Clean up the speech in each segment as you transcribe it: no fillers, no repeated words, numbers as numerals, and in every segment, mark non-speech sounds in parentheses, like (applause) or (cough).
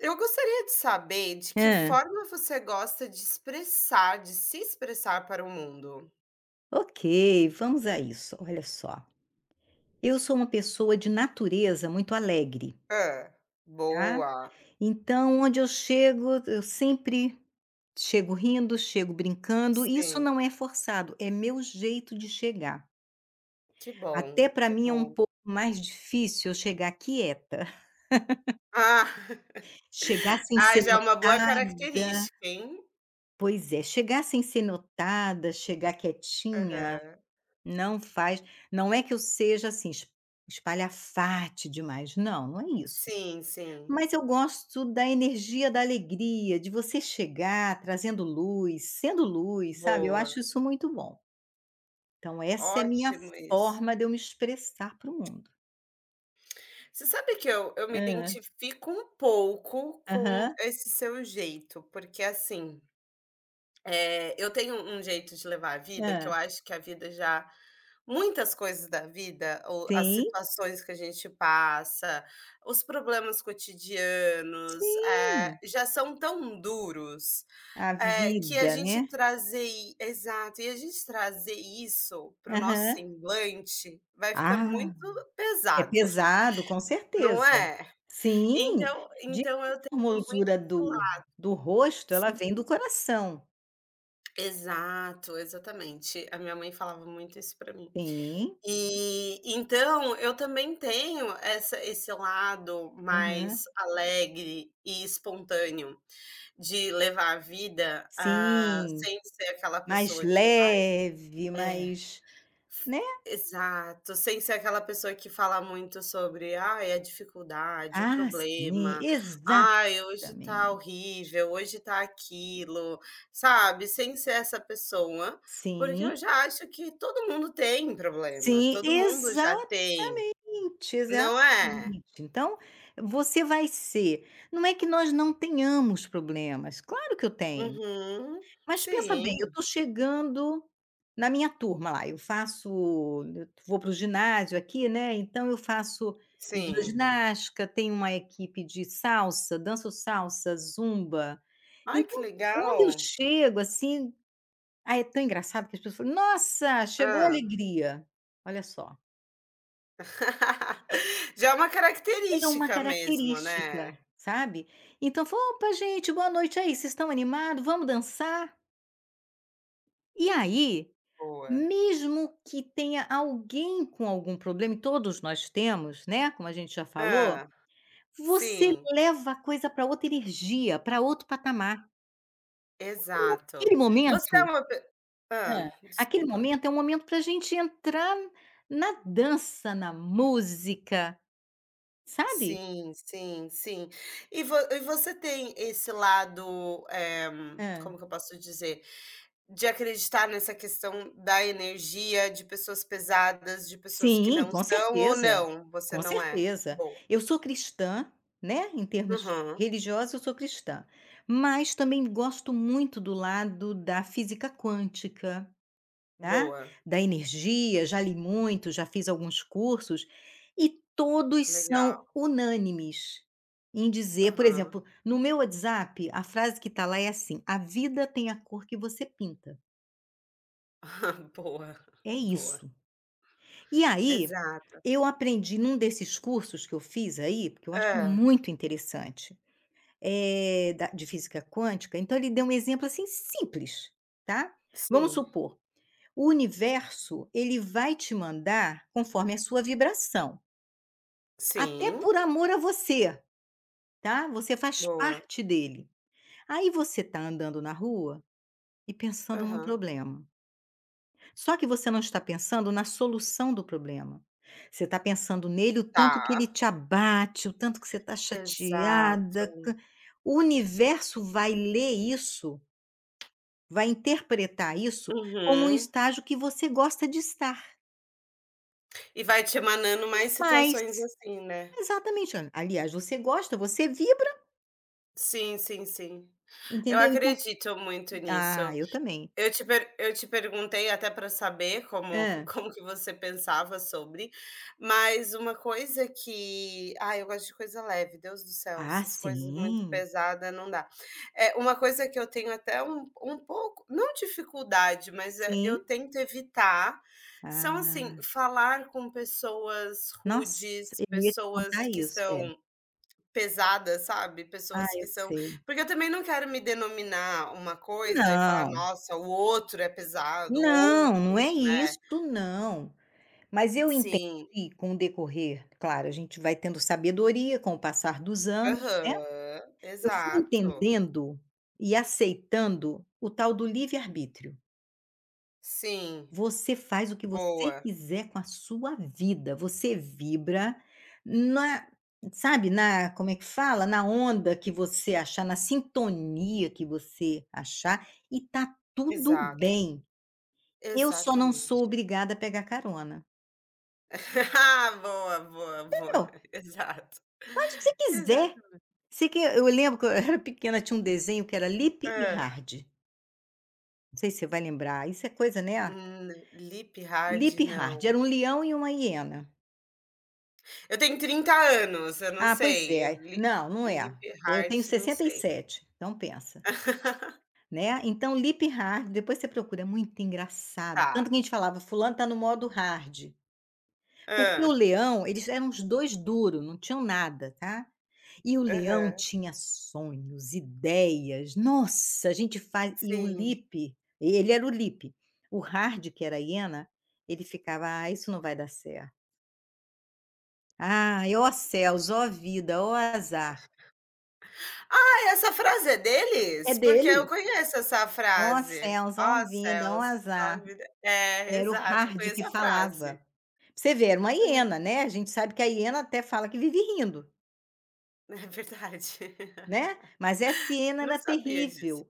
Eu gostaria de saber de que Hã. forma você gosta de expressar, de se expressar para o mundo. Ok, vamos a isso. Olha só, eu sou uma pessoa de natureza muito alegre, Hã, tá. boa. Então onde eu chego, eu sempre chego rindo, chego brincando, isso Sim, não é forçado, é meu jeito de chegar. que bom, Até para que mim é um bom. pouco mais difícil eu chegar quieta, Ah, (laughs) chegar (laughs) sem ah, ser já é uma boa notada. característica, hein. Pois é, chegar sem ser notada, chegar quietinha. Aham. Não faz não é que eu seja, assim, es espalhafate demais, não, não é isso. Sim, sim. Mas eu gosto da energia da alegria, de você chegar trazendo luz, sendo luz, sabe, eu, uhum, Boa, acho isso muito bom. Então essa é a minha ótimo isso. forma de eu me expressar para o mundo. Você sabe que eu me Ah. identifico um pouco com Aham. esse seu jeito, porque assim, eu tenho um jeito de levar a vida que eu Ah. acho que a vida já. Muitas coisas da vida, ou as Sim, situações que a gente passa, os problemas cotidianos, sim. já são tão duros, A que a vida, né. gente trazer i exato, e a gente trazer isso para o nosso Aham. semblante vai ficando Ah. muito É pesado, (laughs) pesado, com não certeza. é? Sim, Então diz, então a eu tenho formosura esse do lado do rosto, ela sim, vem do coração. exato, exatamente. A minha mãe falava muito isso para mim. Sim, E então eu também tenho essa esse lado aham. mais alegre e espontâneo de levar a vida, ah, Sim, sem ser aquela mais pessoa que leve, é, mais, né. exato, sem ser aquela pessoa que fala muito sobre: "Ai, a dificuldade, o Ah, sim, problema, exatamente. ai, hoje tá horrível, hoje tá aquilo", sabe, sem ser essa pessoa, porque eu Sim, já acho que todo mundo tem problema, sim, todo mundo já tem, exatamente, exatamente. não é? Então, você vai ser, não é que nós não tenhamos problemas, claro que eu tenho. Uhum. Mas pensa bem, eu Sim, estou chegando na minha turma lá, eu vou para o ginásio aqui, né, então eu faço sim. hidroginástica, tenho uma equipe de salsa, danço salsa, zumba. Ai, que Então quando eu legal. chego, assim, ah, é tão engraçado que as pessoas falam: "Nossa, chegou a Hã. alegria". Olha só, (laughs) Já é uma é uma característica mesmo, né, característica, sabe. Então falo: "Opa gente, boa noite aí, vocês estão animados? Vamos dançar?". E aí, boa. mesmo que tenha alguém com algum problema, e todos nós temos, né, como a gente já falou, Hã. você Sim, leva a coisa para outra energia, para outro patamar. exato. Aquele Você é momento uma pe hã, hã, aquele desculpa. momento é um momento para a gente entrar na dança, na música, sabe? Sim, sim, sim. E vo e você tem esse lado, como que eu posso dizer? De acreditar nessa questão da energia, de pessoas pesadas, de pessoas que Sim, não com são ou certeza, não, você com não é? certeza. Boa. Eu sou cristã, né, em termos Aham, religiosos eu sou cristã, mas também gosto muito do lado da física quântica, tá, boa, da energia, já li muito, já fiz alguns cursos, e todos legal. são unânimes em dizer. Por Aham. exemplo, no meu WhatsApp, a frase que está lá é assim: "A vida tem a cor que você pinta". (laughs) Boa, É boa. isso. E aí, Exato. eu aprendi num desses cursos que eu fiz aí, porque eu acho Hã. muito interessante, da de física quântica, então ele deu um exemplo, assim, simples, tá. Vamos Sim. supor, o universo, ele vai te mandar conforme a sua vibração, até Sim, por amor a você, tá, você faz boa. parte dele. Aí você está andando na rua e pensando num Aham. problema. Só que você não está pensando na solução do problema. Você está pensando nele o Tá. tanto que ele te abate, o tanto que você está Exato. chateada. O universo vai ler isso, vai interpretar isso como um Uhum. estágio que você gosta de estar. E vai te emanando mais Mas, situações assim, né. exatamente, olha, aliás, você gosta, você vibra, Sim, sim, sim. Eu entendeu? Então, acredito muito nisso. ah, eu também. Eu te perguntei até para saber como (laughs) Hã? como que você pensava sobre, mas uma coisa que ai, eu gosto de coisa leve, Deus do céu, Ah, essas coisas muito sim, pesada não dá. É uma coisa que eu tenho até um pouco, não dificuldade, mas, eu sim. tento evitar, são Ah, assim, falar com pessoas nossa, rudes, eu ia te pessoas contar que isso. É. são pesadas, sabe, Ah, pessoas que eu são, sei. porque eu também não quero me denominar uma coisa e falar: Não. "Nossa, o outro é pesado, o Não, outro", não é né. isso não. Mas eu entendi Sim. com o decorrer, claro, a gente vai tendo sabedoria com o passar dos anos, né, Aham. eu fui Exato. entendendo e aceitando o tal do livre-arbítrio. Sim. Você faz o que você Boa. quiser com a sua vida, você vibra na, sabe, na, como é que fala? Na onda que você achar, na sintonia que você achar, e tá tudo Exato. bem. Eu só não sou Exatamente. obrigada a pegar carona. (laughs) Ah, boa, boa, boa. Meu, (laughs) Exato. pode que você quiser. Exato. Sei que eu lembro que eu era pequena, tinha um desenho que era Lip e Hã. Hard. Não sei se você vai lembrar, isso é coisa, né, Lipp Lip Hard e Hard, não. era um leão e uma hiena. Eu tenho 30 anos, eu não Ah, pois sei, eu é. Li Não, não é. Lipp Eu Hard, tenho não sessenta e sei. sete. então pensa, (laughs) né. Então Lip Hard, depois você procura, é muito engraçado. Tanto que Tá. a gente falava: "Fulano tá no modo hard". Porque Hã. o leão, eles eram os 2 duro, não tinham nada, tá. E o leão Aham. tinha sonhos, ideias, nossa, a gente faz, e o Sim. Lipe, ele era o Lipe. O Hard, que era a hiena, ele ficava: "Ah, isso não vai dar certo. Ah, ó céus, ó vida, ó azar". Ah, essa frase é É deles? Porque eu dele. conheço essa "Ó frase. céus, ó "Ó vida, ó céus, ó azar". vida." É, Era o exato, eu Hard conheço que a frase. falava. Você vê, era uma hiena, né, a gente sabe que a hiena até fala que vive rindo. (laughs) É verdade. Né, mas essa hiena Não era sabia disso. terrível.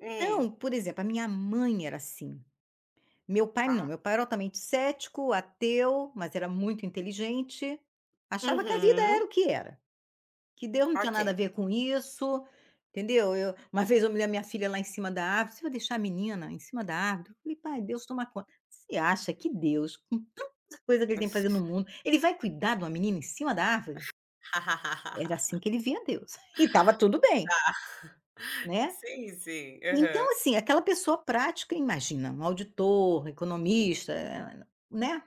Hum, por exemplo, a minha mãe era assim, meu pai não, tá. meu pai era altamente cético, ateu, mas era muito inteligente, achava que a vida era Uhum. o que era, que Deus não tinha nada a Ok. ver com isso, entendeu. Eu uma vez eu me a minha filha lá em cima da árvore: "Você vai deixar a menina em cima da árvore?" Eu falei: "Pai, Deus toma conta". Você acha que Deus, com tanta coisa que ele tem que fazer no mundo, ele vai cuidar de uma menina em cima da árvore? Era (laughs) assim que ele via Deus, (laughs) e estava tudo bem, né. Sim, sim. Aham. Então, assim, aquela pessoa prática, imagina, um auditor, economista, né,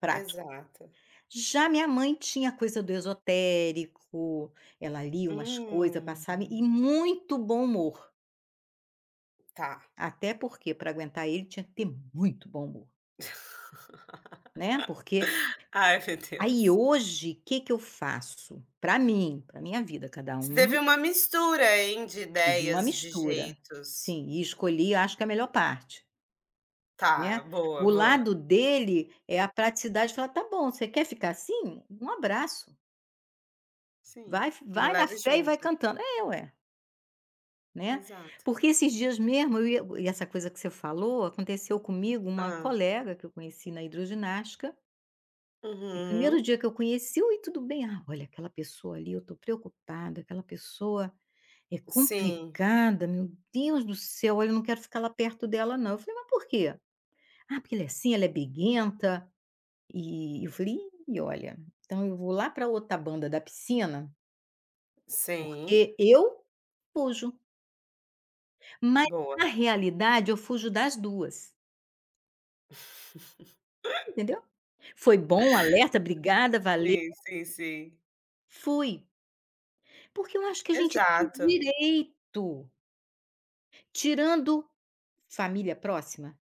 prático. Exato. Já minha mãe tinha a coisa do esotérico, ela lia umas coisas, Hum, passava e muito bom humor. tá. Até porque para aguentar ele tinha que ter muito bom humor, (laughs) né, porque Ai, meu aí Deus. hoje o que que eu faço? Para mim, para minha vida, cada Você teve um, uma mistura, hein, de fiz uma ideias, de mistura. jeitos. Sim, e escolhi, acho que a melhor parte. Né. Tá, boa, O boa. lado dele é a praticidade, de falar: "Tá bom, você quer ficar assim? Um abraço, Sim. vai Me vai na leve fé e vai junto. cantando". É, ué, né. Exato. Porque esses dias mesmo eu ia, e essa coisa que você falou, aconteceu comigo, uma Hã. colega que eu conheci na hidroginástica, e o primeiro Uhum. dia que eu conheci, oi, tudo bem? Ah, olha, aquela pessoa ali, eu tô preocupada, aquela pessoa é Sim, complicada, meu Deus do céu, olha, eu não quero ficar lá perto dela não. Eu falei: "Mas por quê?". "Ah, porque ela é assim, ela é briguenta". E eu falei: "Ih, olha, então eu vou lá para outra banda da piscina, sim. porque eu fujo". Mas Boa. na realidade eu fujo das duas, (laughs) entendeu. Foi bom, alerta, obrigada, valeu, Sim, sim, sim. fui. Porque eu acho que a gente tem Exato. direito, tirando família próxima,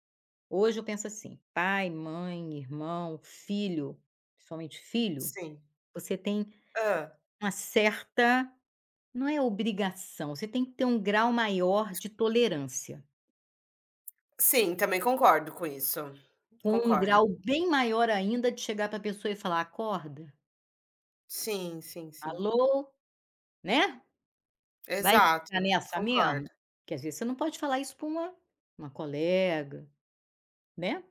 hoje eu penso assim: pai, mãe, irmão, filho, principalmente filho, Sim. você tem Hã. uma certa, não é obrigação, você tem que ter um grau maior de tolerância, Sim, também concordo com isso. com um Concordo. grau bem maior ainda de chegar para a pessoa e falar: "Acorda, Sim, sim, sim. alô, né, vai ficar Exato, nessa mesmo?". concordo. Que às vezes você não pode falar isso pra uma colega, né.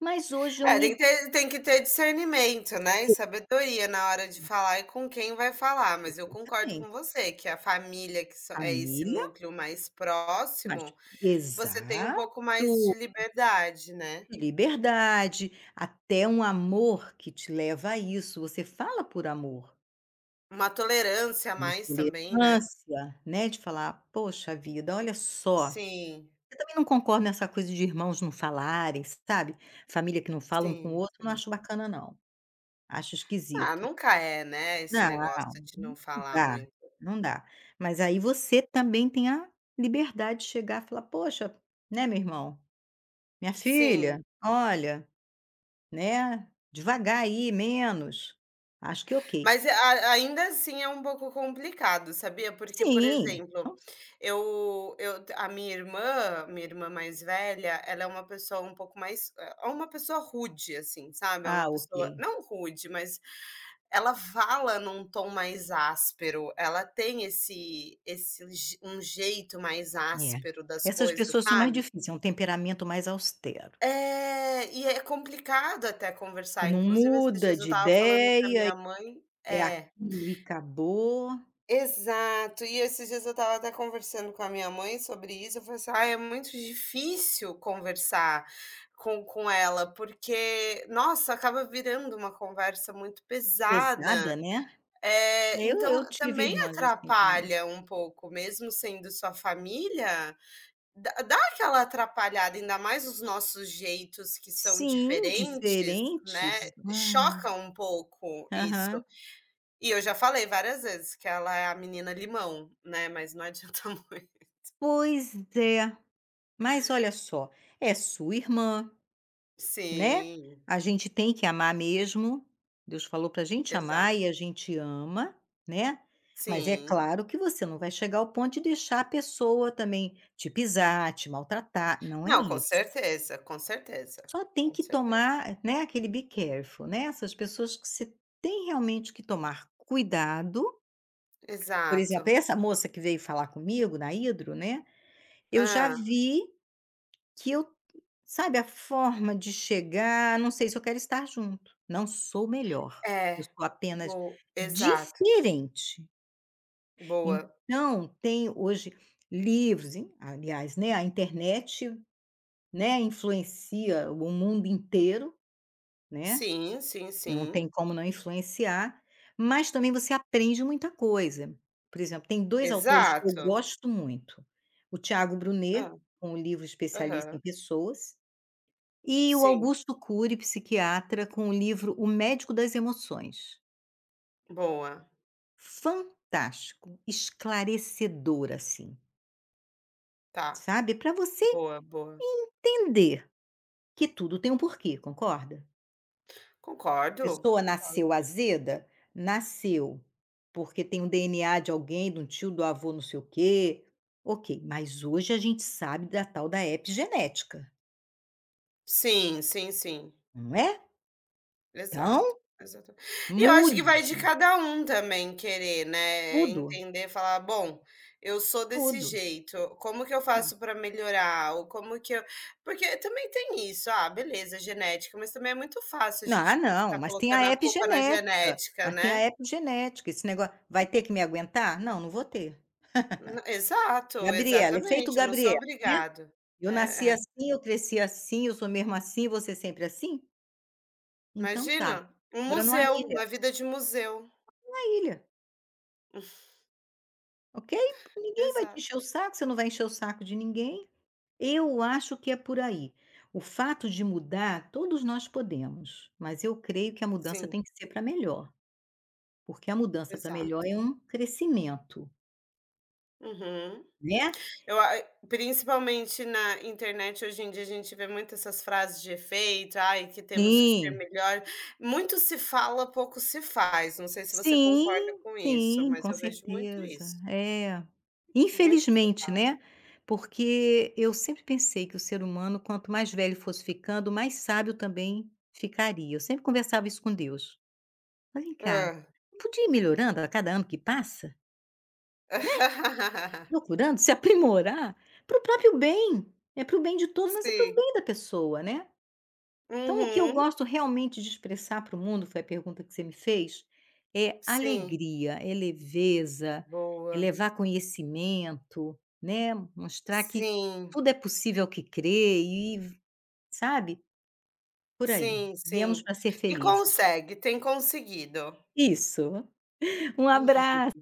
Mas hoje eu É, tem que me. ter, tem que ter discernimento, né, e sabedoria na hora de falar e com quem vai falar, mas eu concordo com Exatamente. você que a família, que só é esse Família, núcleo mais mas próximo. Você tem um exato. pouco mais de liberdade, né. Liberdade, até um amor que te leva a isso, você fala por amor. Uma tolerância a Minha mais também, né. tolerância, né, de falar: "Poxa vida, olha só". Sim, Eu também não concordo nessa coisa de irmãos não falarem, sabe, família que não fala um com o sim, outro, não sim. acho bacana não, acho Ah, esquisito. nunca é, né, esse Não, negócio de não não falar dá, muito. não dá. Mas aí você também tem a liberdade de chegar e falar: "Poxa, né, meu irmão, minha Sim, filha, olha, né, devagar aí, menos". Acho que ok. mas a ainda assim é um pouco complicado, sabia. Porque, por Sim, exemplo, então, eu a minha irmã, minha irmã mais velha, ela é uma pessoa um pouco mais é uma pessoa rude, assim, sabe. É ah, uma ok. pessoa não rude, mas. Ela fala num tom mais áspero, ela tem esse esse je um jeito mais É. áspero das Essas coisas, pessoas são mais sabe. difíceis, é um temperamento mais austero. É, e é complicado até E conversar, não inclusive esses muda dias eu de estava falando com a ideia, minha mãe é é, aquilo e acabou. exato. E esses dias eu estava até conversando com a minha mãe sobre isso, eu falei assim: "Ai, é muito difícil conversar com ela, porque, nossa, acaba virando uma conversa muito pesada". Pesada, né. É, Eu então tive também irmãs assim também. atrapalha um pouco, mesmo sendo sua família, dá aquela atrapalhada, ainda mais os nossos jeitos que são Sim, diferentes, né, diferentes. Ai. choca um pouco isso. Aham. E eu já falei várias vezes que ela é a menina limão, né, mas não adianta (laughs) muito. Pois é. Mas olha só, é sua irmã, né, Sim, a gente tem que amar mesmo, Deus falou para a gente amar exato. e a gente ama, né, mas é Sim. claro que você não vai chegar ao ponto de deixar a pessoa também te pisar, te maltratar, não é Não, com isso. certeza, com certeza, Só tem com que certeza. tomar, né, aquele be careful, né, essas pessoas que você tem realmente que tomar cuidado. Por Exato. exemplo, essa moça que veio falar comigo na hidro, né, eu já Hã, vi. Que eu sabe, a forma de chegar, não sei se eu quero estar junto, não sou melhor, eu é. sou apenas Bo exato, diferente. boa. Então tem hoje livros, e aliás, né, a internet, né, influencia o mundo inteiro, né, Sim, sim, não sim. tem como não influenciar, mas também você aprende muita coisa. Por exemplo, tem dois autores que eu Exato. gosto muito, o Tiago Brunet, Ah, com o livro Especialista em aham. Pessoas, e o Sim. Augusto Cury, psiquiatra, com o livro O Médico das Emoções. Boa. Fantástico, esclarecedor assim, Tá. sabe, para você Boa, boa. entender que tudo tem um porquê, concorda? A Concordo, pessoa nasceu concordo. azeda? Nasceu, porque tem um DNA de alguém, de um tio, do avô, não sei o quê. Ok, mas hoje a gente sabe da tal da epigenética, Sim, sim, sim. não é? Exato, Então, exato. E eu acho que mude vai de cada um também querer, né, tudo, entender, falar: "Bom, eu sou desse tudo. jeito, como que eu faço para melhorar?" Ou como que eu, porque também tem isso, ah, beleza, genética, mas também é muito fácil a Não, ah gente co não, ficar mas tem colocando a a culpa na epigenética, genética, mas tem né? a epigenética, esse negócio vai ter que me aguentar? Não, não vou ter. N exato, Gabriela, efeito exatamente, eu não sou Gabriela, né. obrigado. Eu nasci É, é. assim, eu cresci assim, eu sou mesmo assim, você sempre assim? Então tá, Imagina, um mora numa museu, ilha, uma vida de museu. uma ilha, (laughs) ok? Ninguém vai te Exato, encher o saco, você não vai encher o saco de ninguém. Eu acho que é por aí. O fato de mudar, todos nós podemos, mas eu creio que a mudança sim, tem que ser para melhor, porque a mudança para melhor exato. é um crescimento, Uhum. né. Eu a principalmente na internet, hoje em dia, a gente vê muito essas frases de efeito, "Ai, que temos que ser Sim, melhor". Muito se fala, pouco se faz, não sei se você concorda sim, com isso, sim, mas com eu vejo muito certeza. isso. É. Muito se Infelizmente, né, porque eu sempre pensei que o ser humano, quanto mais velho fosse ficando, mais sábio também ficaria. Eu sempre conversava isso com Deus. "Mas vem cá, hã. eu podia ir melhorando a cada ano que passa, (laughs) procurando se (laughs) aprimorar para o próprio bem. É para o bem de todos, mas é para o Sim. bem da pessoa, né?" Então, o que eu Uhum. gosto realmente de expressar para o mundo, foi a pergunta que você me fez, é Sim. alegria, é leveza, é Boa. levar conhecimento, né, mostrar que Sim, tudo é possível ao que crê e, sabe, por aí. sim, Viemos sim. para ser E felizes. consegue, tem conseguido. Isso. Um abraço.